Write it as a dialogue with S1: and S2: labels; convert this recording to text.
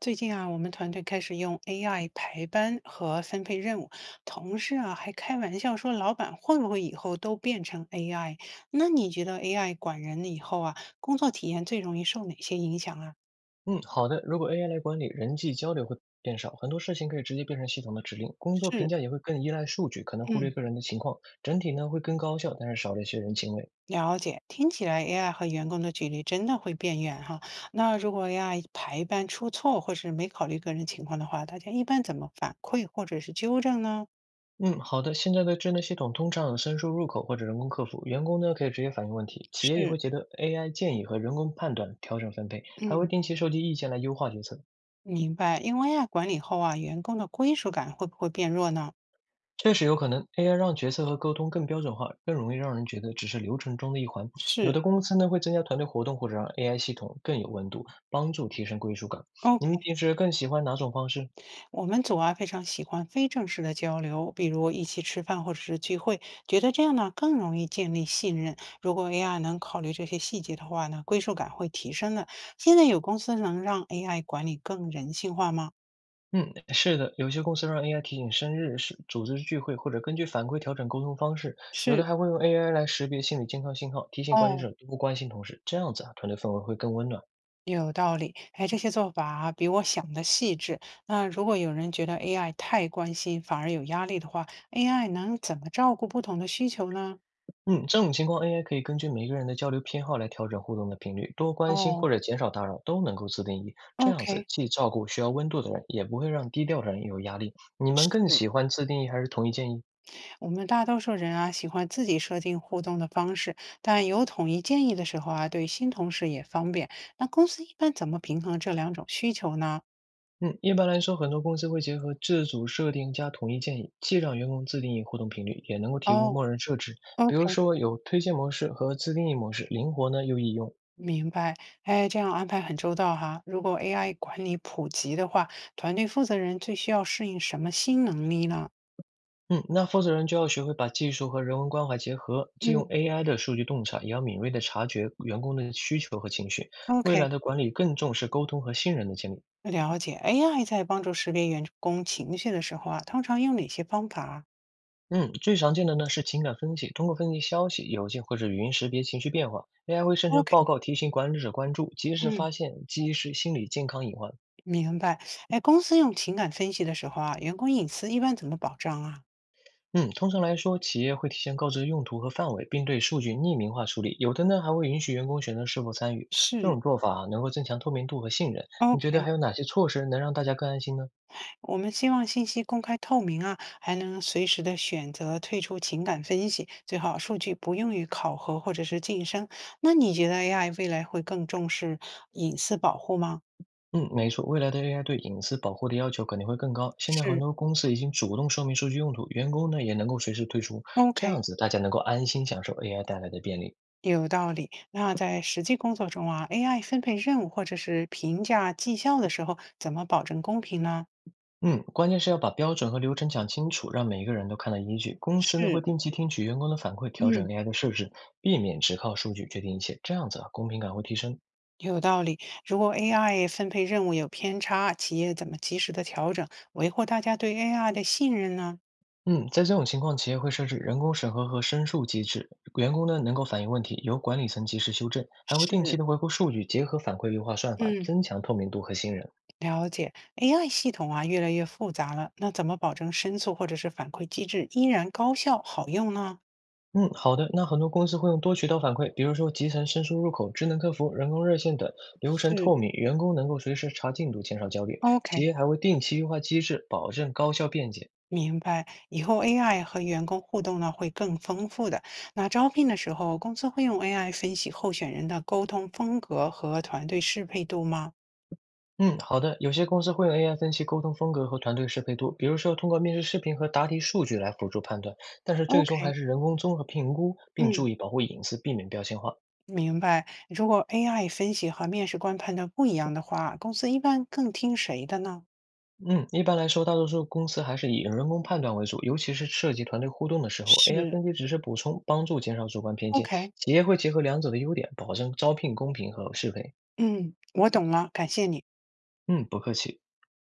S1: 最近啊，我们团队开始用 AI 排班和分配任务，同事啊还开玩笑说，老板会不会以后都变成 AI？那你觉得 AI 管人以后啊，工作体验最容易受哪些影响啊？
S2: 嗯，好的。如果 AI 来管理，人际交流会变少，很多事情可以直接变成系统的指令，工作评
S1: 是，
S2: 价也会更依赖数据，可能忽
S1: 嗯，
S2: 略个人的情况，整体呢会更高效，但是少了一些人情味。
S1: 了解。听起来 AI 和员工的距离真的会变远哈。那如果 AI 排班出错或是没考虑个人情况的话，大家一般怎么反馈或者是纠正呢？
S2: 嗯，好的。现在的智能系统通常有申诉入口或者人工客服，员工呢可以直接反映问题，企业也
S1: 是，
S2: 会结合 AI 建议和人工判断调整分配，还会
S1: 嗯。
S2: 定期收集意见来优化决策。
S1: 明白，因为 AI 管理后啊，员工的归属感会不会变弱呢？
S2: 确实有可能，AI 让决策和沟通更标准化，更容易让人觉得只是流程中的一环。有
S1: 是
S2: 的公司呢会增加团队活动，或者让 AI 系统更有温度，帮助提升归属感。你们
S1: ，OK，
S2: 平时更喜欢哪种方式？
S1: 我们组啊非常喜欢非正式的交流，比如一起吃饭或者是聚会，觉得这样呢更容易建立信任。如果 AI 能考虑这些细节的话呢，归属感会提升的。现在有公司能让 AI 管理更人性化吗？
S2: 嗯，是的，有些公司让 AI 提醒生日、是组织聚会，或者根据反馈调整沟通方式；有
S1: 是，
S2: 的还会用 AI 来识别心理健康信号，提醒管理
S1: 哦。
S2: 者多关心同事。这样子啊，团队氛围会更温暖。
S1: 有道理，哎，这些做法比我想的细致。那如果有人觉得 AI 太关心，反而有压力的话，AI 能怎么照顾不同的需求呢？
S2: 嗯，这种情况，AI 可以根据每个人的交流偏好来调整互动的频率，多关心
S1: 哦
S2: 或者减少打扰都能够自定义。这样子
S1: ，OK，
S2: 既照顾需要温度的人，也不会让低调的人有压力。你们更
S1: 是
S2: 喜欢自定义还是统一建议？
S1: 我们大多数人啊喜欢自己设定互动的方式，但有统一建议的时候啊，对新同事也方便。那公司一般怎么平衡这两种需求呢？
S2: 嗯，一般来说，很多公司会结合自主设定加统一建议，既让员工自定义互动频率，也能够提供
S1: 哦
S2: 默认设置，比
S1: ，OK。
S2: 如说有推荐模式和自定义模式，灵活呢又易用。
S1: 明白，哎，这样安排很周到哈。如果 AI 管理普及的话，团队负责人最需要适应什么新能力呢？
S2: 嗯，那负责人就要学会把技术和人文关怀结合，既用
S1: 嗯
S2: AI 的数据洞察，也要敏锐地察觉员工的需求和情绪。未
S1: ，OK，
S2: 来的管理更重视沟通和信任的建立。
S1: 了解。AI 在帮助识别员工情绪的时候啊，通常用哪些方法啊
S2: 嗯，最常见的呢是情感分析，通过分析消息、邮件或者语音识别情绪变化，AI 会生成报
S1: ？OK，
S2: 告提醒管理者关注，及时
S1: 嗯，
S2: 发现，及时心理健康隐患。
S1: 明白。哎，公司用情感分析的时候啊，员工隐私一般怎么保障啊？
S2: 嗯，通常来说，企业会提前告知用途和范围，并对数据匿名化处理。有的呢，还会允许员工选择是否参与。这
S1: 是
S2: 种做法啊能够增强透明度和信任。你觉得
S1: ，OK。
S2: 还有哪些措施能让大家更安心呢？
S1: 我们希望信息公开透明啊，还能随时的选择退出情感分析，最好数据不用于考核或者是晋升。那你觉得 AI 未来会更重视隐私保护吗？
S2: 嗯，没错，未来的 AI 对隐私保护的要求肯定会更高。现在很
S1: 是
S2: 多公司已经主动说明数据用途，员工呢也能够随时退出，这
S1: ，OK，
S2: 样子大家能够安心享受 AI 带来的便利。
S1: 有道理。那在实际工作中啊，AI 分配任务或者是评价绩效的时候，怎么保证公平呢？
S2: 嗯，关键是要把标准和流程讲清楚，让每一个人都看到依据。公司呢会
S1: 是，
S2: 定期听取员工的反馈，调
S1: 嗯。
S2: 整 AI 的设置，避免只靠数据决定一切。这样子啊，公平感会提升。
S1: 有道理。如果 AI 分配任务有偏差，企业怎么及时的调整，维护大家对 AI 的信任呢？
S2: 嗯，在这种情况，企业会设置人工审核和申诉机制，员工呢能够反映问题，由管理层及时修正，还会
S1: 是
S2: 定期的回顾数据，结合反馈优化算法，
S1: 嗯，
S2: 增强透明度和信任。
S1: 了解。AI 系统啊，越来越复杂了，那怎么保证申诉或者是反馈机制依然高效好用呢？
S2: 嗯，好的。那很多公司会用多渠道反馈，比如说集成申诉入口、智能客服、人工热线等，流程
S1: 是
S2: 透明，员工能够随时查进度，减少焦虑。
S1: ，OK，
S2: 企业还会定期优化机制，保证高效便捷。
S1: 明白。以后 AI 和员工互动呢会更丰富的。那招聘的时候，公司会用 AI 分析候选人的沟通风格和团队适配度吗
S2: 嗯，好的。有些公司会用 AI 分析沟通风格和团队适配度，比如说通过面试视频和答题数据来辅助判断，但是最终
S1: ？OK，
S2: 还是人工综合评估，并
S1: 嗯，
S2: 注意保护隐私，避免标签化。
S1: 明白。如果 AI 分析和面试官判断不一样的话，公司一般更听谁的呢？
S2: 嗯，一般来说，大多数公司还是以人工判断为主，尤其是涉及团队互动的时候，AI
S1: 是
S2: 分析只是补充，帮助减少主观偏见。
S1: ，OK，
S2: 企业会结合两者的优点，保证招聘公平和适配。
S1: 嗯，我懂了，感谢你。
S2: 嗯，不客气。